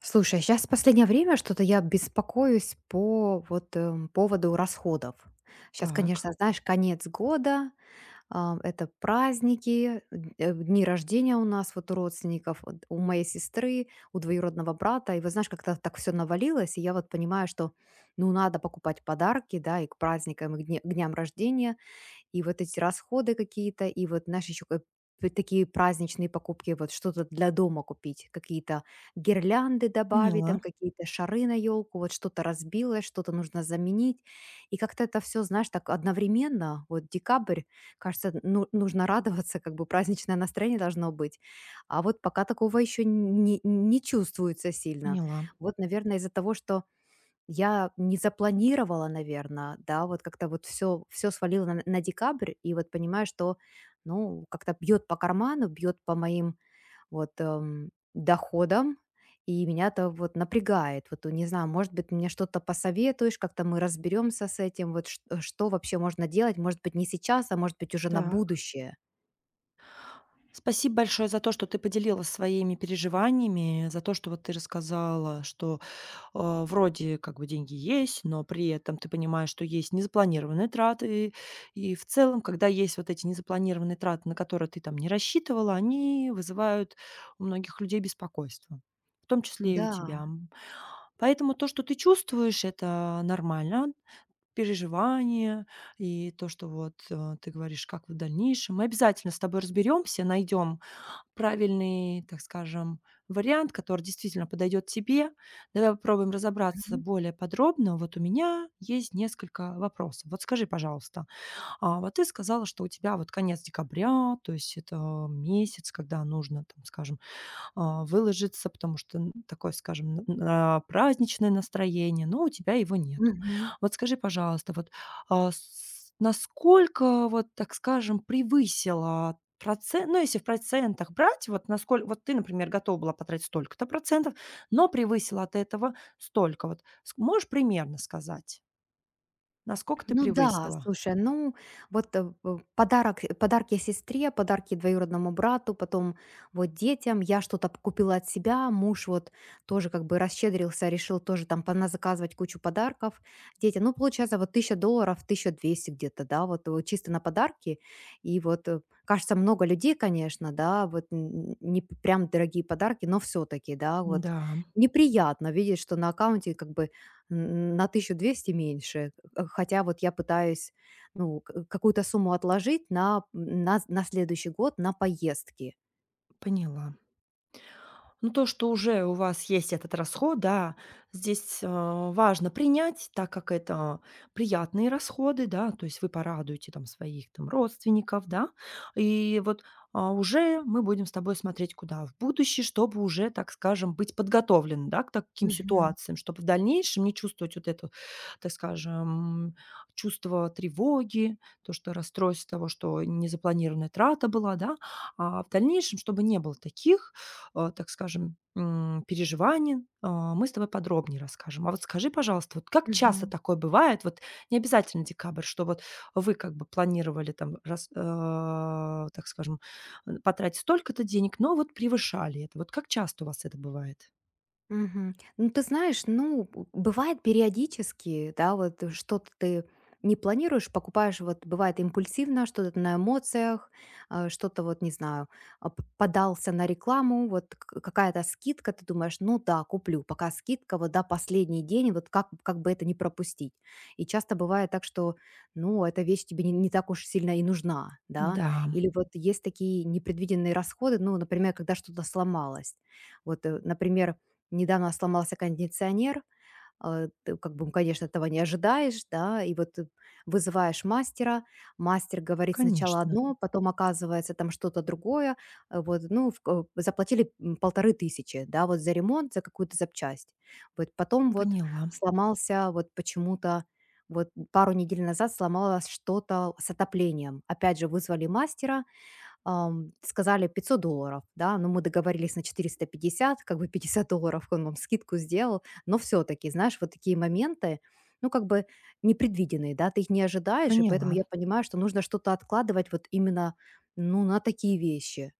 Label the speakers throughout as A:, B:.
A: Слушай, сейчас в последнее время что-то я беспокоюсь по вот поводу расходов. Сейчас,
B: Так,
A: конечно, знаешь, конец года, а, это праздники, дни рождения у нас вот у родственников, вот у моей сестры, у двоюродного брата. И вот знаешь, как-то так все навалилось, и я вот понимаю, что ну надо покупать подарки, да, и к праздникам, и к к дням рождения, и вот эти расходы какие-то, и вот, знаешь, еще такие праздничные покупки, вот что-то для дома купить, какие-то гирлянды добавить, там
B: поняла,
A: какие-то шары на елку, вот что-то разбилось, что-то нужно заменить. И как-то это все, знаешь, так одновременно, вот декабрь, кажется, ну, нужно радоваться, как бы праздничное настроение должно быть. А вот пока такого еще не чувствуется сильно.
B: поняла.
A: Вот, наверное, из-за того, что я не запланировала, наверное, да, вот как-то вот все свалило на декабрь, и вот понимаю, что, ну, как-то бьет по карману, бьет по моим вот, доходам, и меня это вот напрягает. Вот, не знаю, может быть, мне что-то посоветуешь, как-то мы разберемся с этим, вот чт что вообще можно делать, может быть, не сейчас, а может быть, уже на
B: Так.
A: будущее.
B: Спасибо большое за то, что ты поделилась своими переживаниями, за то, что вот ты рассказала, что, вроде как бы деньги есть, но при этом ты понимаешь, что есть незапланированные траты. И в целом, когда есть вот эти незапланированные траты, на которые ты там не рассчитывала, они вызывают у многих людей беспокойство, в том числе и у
A: Да,
B: тебя. М, поэтому то, что ты чувствуешь, это нормально. Переживания и то, что вот, ты говоришь, как в дальнейшем. Мы обязательно с тобой разберемся, найдем правильный, так скажем, вариант, который действительно подойдет тебе. Давай попробуем разобраться
A: мгм,
B: более подробно. Вот у меня есть несколько вопросов. Вот скажи, пожалуйста, вот ты сказала, что у тебя вот конец декабря, то есть это месяц, когда нужно, там, скажем, выложиться, потому что н такое, скажем, н на праздничное настроение, но у тебя его нет.
A: мгм.
B: Вот скажи, пожалуйста, вот, а, с насколько, вот так скажем, превысила процент, ну, если в процентах брать, вот насколько, вот ты, например, готова была потратить столько-то процентов, но превысила от этого столько. Вот ск можешь примерно сказать, насколько ты
A: Ну да,
B: превысила?
A: слушай, ну вот подарок, подарки сестре, подарки двоюродному брату, потом вот детям. Я что-то купила от себя, муж вот тоже как бы расщедрился, решил тоже там заказывать кучу подарков детям. Ну, получается, вот $1000, 1200 где-то, да, вот, чисто на подарки. И вот, кажется, много людей, конечно, да, вот н- не п- прям дорогие подарки, но все-таки, да, вот
B: Да,
A: неприятно видеть, что на аккаунте как бы Н на 1200 меньше. Хотя вот я пытаюсь, ну, к какую-то сумму отложить на на следующий год на поездки.
B: поняла. Ну, то, что уже у вас есть этот расход, да, здесь, важно принять, так как это приятные расходы, да, то есть вы порадуете там своих там родственников, да. И вот, уже мы будем с тобой смотреть куда? В будущее, чтобы уже, так скажем, быть подготовлены, да, к таким
A: Мгм,
B: ситуациям, чтобы в дальнейшем не чувствовать вот это, так скажем, чувство тревоги, то, что расстройство того, что незапланированная трата была, да. А в дальнейшем, чтобы не было таких так скажем, переживаний, мы с тобой подробнее расскажем. А вот скажи, пожалуйста, вот как часто
A: мгм.
B: такое бывает? Вот не обязательно декабрь, что вот вы как бы планировали там, раз, так скажем, потратить столько-то денег, но вот превышали это. Вот как часто у вас это бывает?
A: Мгм. Ну, ты знаешь, ну, бывает периодически, да, вот что-то ты не планируешь, покупаешь, вот бывает импульсивно, что-то на эмоциях, а, что-то вот, не знаю, а, подался на рекламу, вот какая-то скидка, ты думаешь, ну да, куплю, пока скидка, вот да, последний день, вот как бы это не пропустить. И часто бывает так, что, ну, эта вещь тебе не так уж сильно и нужна, да,
B: Да,
A: или вот есть такие непредвиденные расходы, ну, например, когда что-то сломалось. Вот, например, недавно сломался кондиционер, а, ты как бы, конечно, этого не ожидаешь, да, и вот ты вызываешь мастера, мастер говорит сначала
B: конечно,
A: одно, потом оказывается там что-то другое, вот, ну, в ко заплатили, 1500, да, вот за ремонт, за какую-то запчасть. Вот потом вот
B: поняла,
A: сломался вот почему-то, вот пару недель назад сломалось что-то с отоплением. Опять же вызвали мастера, сказали $500, да, но мы договорились на 450, как бы $50 он вам скидку сделал, но все-таки, знаешь, вот такие моменты, ну, как бы непредвиденные, да, ты их не ожидаешь, и поэтому
B: поняла.
A: я понимаю, что нужно что-то откладывать вот именно, ну, на такие вещи.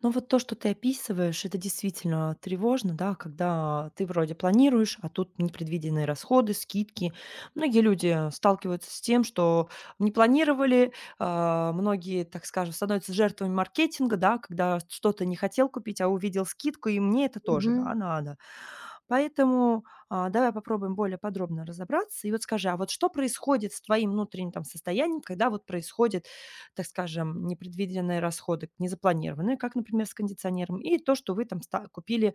B: Но вот то, что ты описываешь, это действительно тревожно, да, когда ты вроде планируешь, а тут непредвиденные расходы, скидки. Многие люди сталкиваются с тем, что не планировали, многие, так скажем, становятся жертвами маркетинга, да, когда что-то не хотел купить, а увидел скидку, и мне это тоже, да,
A: Мгм.
B: надо. Поэтому, давай попробуем более подробно разобраться. И вот скажи, а вот что происходит с твоим внутренним там состоянием, когда вот происходит, так скажем, непредвиденные расходы, незапланированные, как, например, с кондиционером, и то, что вы там ста купили,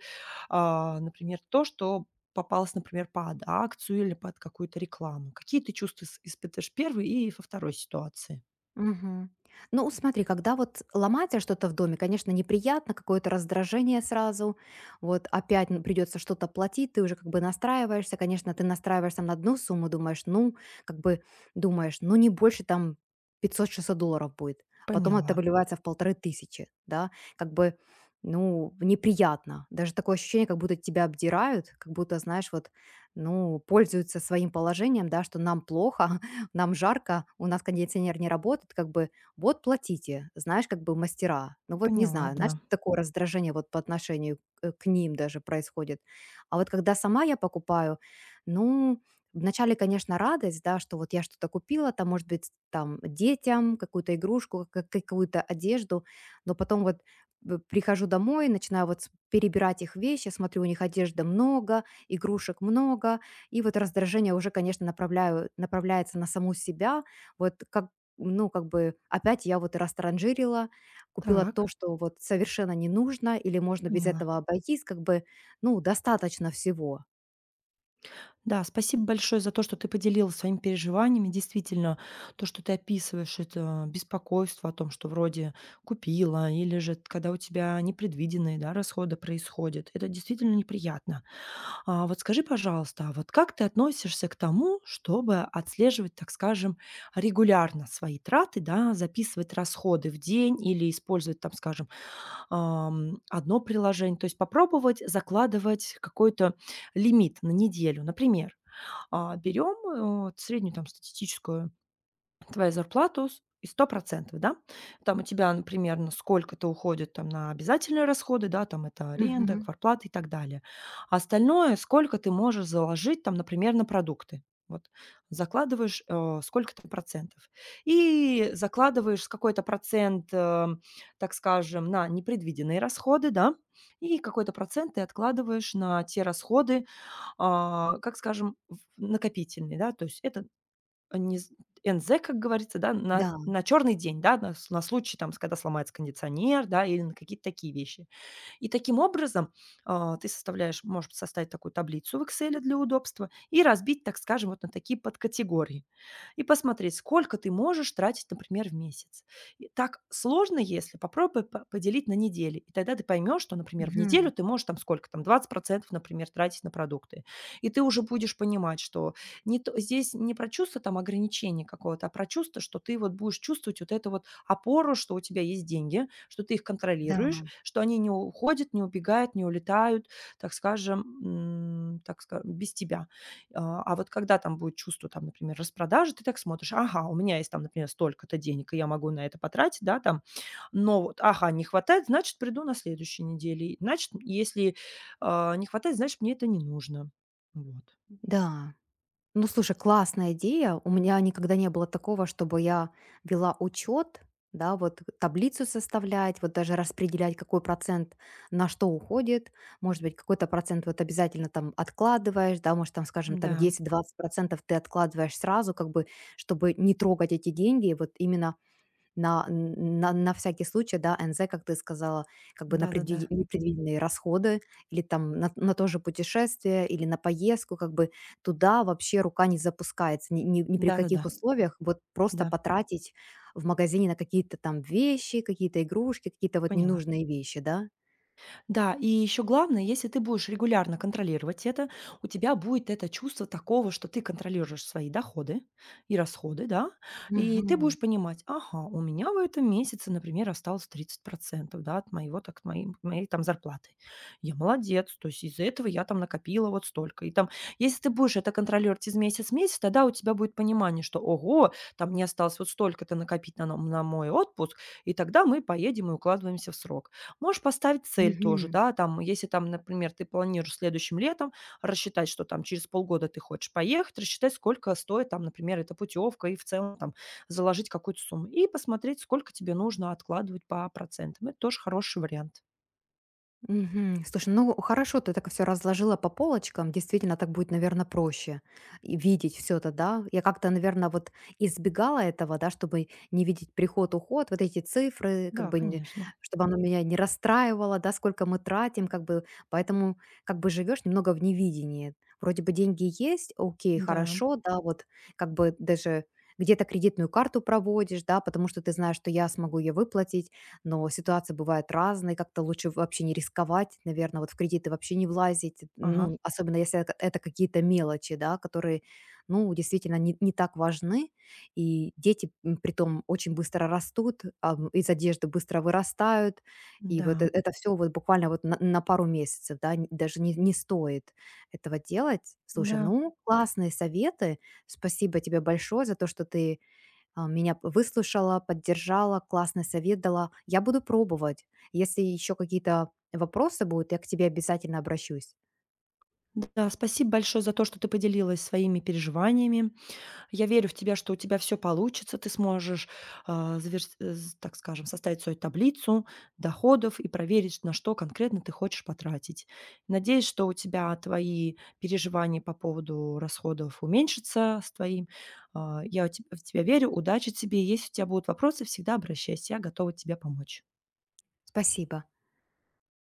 B: например, то, что попалось, например, под акцию или под какую-то рекламу. Какие ты чувства с испытываешь в 1 и во второй ситуации?
A: Мгм. Ну, смотри, когда вот ломается что-то в доме, конечно, неприятно, какое-то раздражение сразу, вот опять придется что-то платить, ты уже как бы настраиваешься, конечно, ты настраиваешься на одну сумму, думаешь, ну, как бы думаешь, ну, не больше там $500–600 будет, потом это
B: Поняла,
A: выливается в 1500, да, как бы, ну, неприятно, даже такое ощущение, как будто тебя обдирают, как будто, знаешь, вот, ну, пользуются своим положением, да, что нам плохо, нам жарко, у нас кондиционер не работает, как бы вот платите, знаешь, как бы мастера. Ну вот не
B: поняла,
A: знаю, знаешь,
B: да.
A: такое раздражение вот по отношению к ним даже происходит. А вот когда сама я покупаю, ну, вначале, конечно, радость, да, что вот я что-то купила, там, может быть, там, детям какую-то игрушку, какую-то одежду, но потом вот прихожу домой, начинаю вот перебирать их вещи, смотрю, у них одежды много, игрушек много, и вот раздражение уже, конечно, направляю направляется на саму себя. Вот как, ну, как бы опять я вот растранжирила, купила
B: Так,
A: то, что вот совершенно не нужно, или можно без
B: поняла.
A: этого обойтись, как бы, ну, достаточно всего.
B: Да, спасибо большое за то, что ты поделилась своими переживаниями. Действительно, то, что ты описываешь, это беспокойство о том, что вроде купила, или же когда у тебя непредвиденные, да, расходы происходят. Это действительно неприятно. А вот скажи, пожалуйста, а вот как ты относишься к тому, чтобы отслеживать, так скажем, регулярно свои траты, да, записывать расходы в день или использовать, там, скажем, одно приложение, то есть попробовать закладывать какой-то лимит на неделю. Например, берем, вот среднюю там статистическую твою зарплату с и 100%, да. Там у тебя, например, на сколько-то уходит там на обязательные расходы, да, там это аренда,
A: Мгм.
B: квартплата и так далее. А остальное, сколько ты можешь заложить там, например, на продукты. Вот закладываешь, сколько-то процентов. И закладываешь какой-то процент, так скажем, на непредвиденные расходы, да, и какой-то процент ты откладываешь на те расходы, как скажем, в накопительные, да. То есть это, а, не з "НЗ", как говорится, да,
A: Да,
B: на черный день, да, на случай, там, с когда сломается кондиционер, да, или на какие-то такие вещи. И таким образом, ты составляешь, может составить такую таблицу в Excel для удобства и разбить, так скажем, вот на такие подкатегории. И посмотреть, сколько ты можешь тратить, например, в месяц. И так сложно, если попробуй по поделить на недели. И тогда ты поймешь, что, например, в
A: мгм,
B: неделю ты можешь там сколько там, 20 например, тратить на продукты. И ты уже будешь понимать, что не то здесь не про чувство там ограничения какого-то, а про чувство, что ты вот будешь чувствовать вот это вот опору, что у тебя есть деньги, что ты их
A: да,
B: контролируешь, что они не уходят, не убегают, не улетают, так скажем, м, так ска без тебя. А вот когда там будет чувство, там, например, распродажи, ты так смотришь: "Ага, у меня есть там, например, столько-то денег, и я могу на это потратить, да, там, но вот, ага, не хватает, значит, приду на следующей неделе, и значит, если, не хватает, значит, мне это не нужно". Вот.
A: да. Ну, слушай, классная идея. У меня никогда не было такого, чтобы я вела учет, да, вот таблицу составлять, вот даже распределять, какой процент на что уходит. Может быть, какой-то процент вот обязательно там откладываешь, да, может, там, скажем, там
B: Да,
A: 10-20 процентов ты откладываешь сразу, как бы, чтобы не трогать эти деньги, вот именно на на всякий случай, да, «НЗ», как ты сказала, как бы на
B: да-да-да.
A: предви непредвиденные расходы или там на то же путешествие, или на поездку, как бы туда вообще рука не запускается ни при
B: Да-да-да.
A: каких условиях. Вот
B: Да, да, да,
A: просто
B: да, да,
A: потратить в магазине на какие-то там вещи, какие-то игрушки, какие-то вот
B: поняла.
A: ненужные вещи, да?
B: Да, и еще главное, если ты будешь регулярно контролировать это, у тебя будет это чувство такого, что ты контролируешь свои доходы и расходы, да, и ты
A: Мгм.
B: будешь понимать: ага, у меня в этом месяце, например, осталось 30%, да, от моего, так, моей там зарплаты. Я молодец, то есть из-за этого я там накопила вот столько. И там, если ты будешь это контролировать из месяца в месяц, тогда у тебя будет понимание, что, ого, там мне осталось вот столько-то накопить на мой отпуск, и тогда мы поедем и укладываемся в срок. Можешь поставить цель тоже,
A: Мгм.
B: да, там, если там, например, ты планируешь следующим летом рассчитать, что там через полгода ты хочешь поехать, рассчитать, сколько стоит там, например, эта путевка, и в целом там заложить какую-то сумму. И посмотреть, сколько тебе нужно откладывать по процентам. Это тоже хороший вариант.
A: Мгм. Слушай, ну хорошо, ты так все разложила по полочкам. Действительно, так будет, наверное, проще и видеть все это, да. Я как-то, наверное, вот избегала этого, да, чтобы не видеть приход-уход, вот эти цифры, как
B: Да,
A: бы,
B: конечно.
A: чтобы оно меня не расстраивало, да, сколько мы тратим, как бы, поэтому как бы живешь немного в невидении. Вроде бы деньги есть, окей,
B: Да.
A: хорошо, да, вот как бы даже где-то кредитную карту проводишь, да, потому что ты знаешь, что я смогу ее выплатить, но ситуации бывают разные, как-то лучше вообще не рисковать, наверное, вот в кредиты вообще не влазить,
B: Ага.
A: ну, особенно если это какие-то мелочи, да, которые, ну, действительно не так важны, и дети притом очень быстро растут, из одежды быстро вырастают, и
B: Да.
A: вот это все вот буквально вот на пару месяцев, да, н- даже не, не стоит этого делать. Слушай,
B: Да.
A: ну, классные советы, спасибо тебе большое за то, что ты меня выслушала, поддержала, классный совет дала. Я буду пробовать. Если еще какие-то вопросы будут, я к тебе обязательно обращусь.
B: Да. Спасибо большое за то, что ты поделилась своими переживаниями. Я верю в тебя, что у тебя все получится, ты сможешь, а, заверс э, з так скажем, составить свою таблицу доходов и проверить, на что конкретно ты хочешь потратить. Надеюсь, что у тебя твои переживания по поводу расходов уменьшатся с твоим. А, я у теб В тебя верю, удачи тебе. Если у тебя будут вопросы, всегда обращайся, я готова тебе помочь.
A: Спасибо.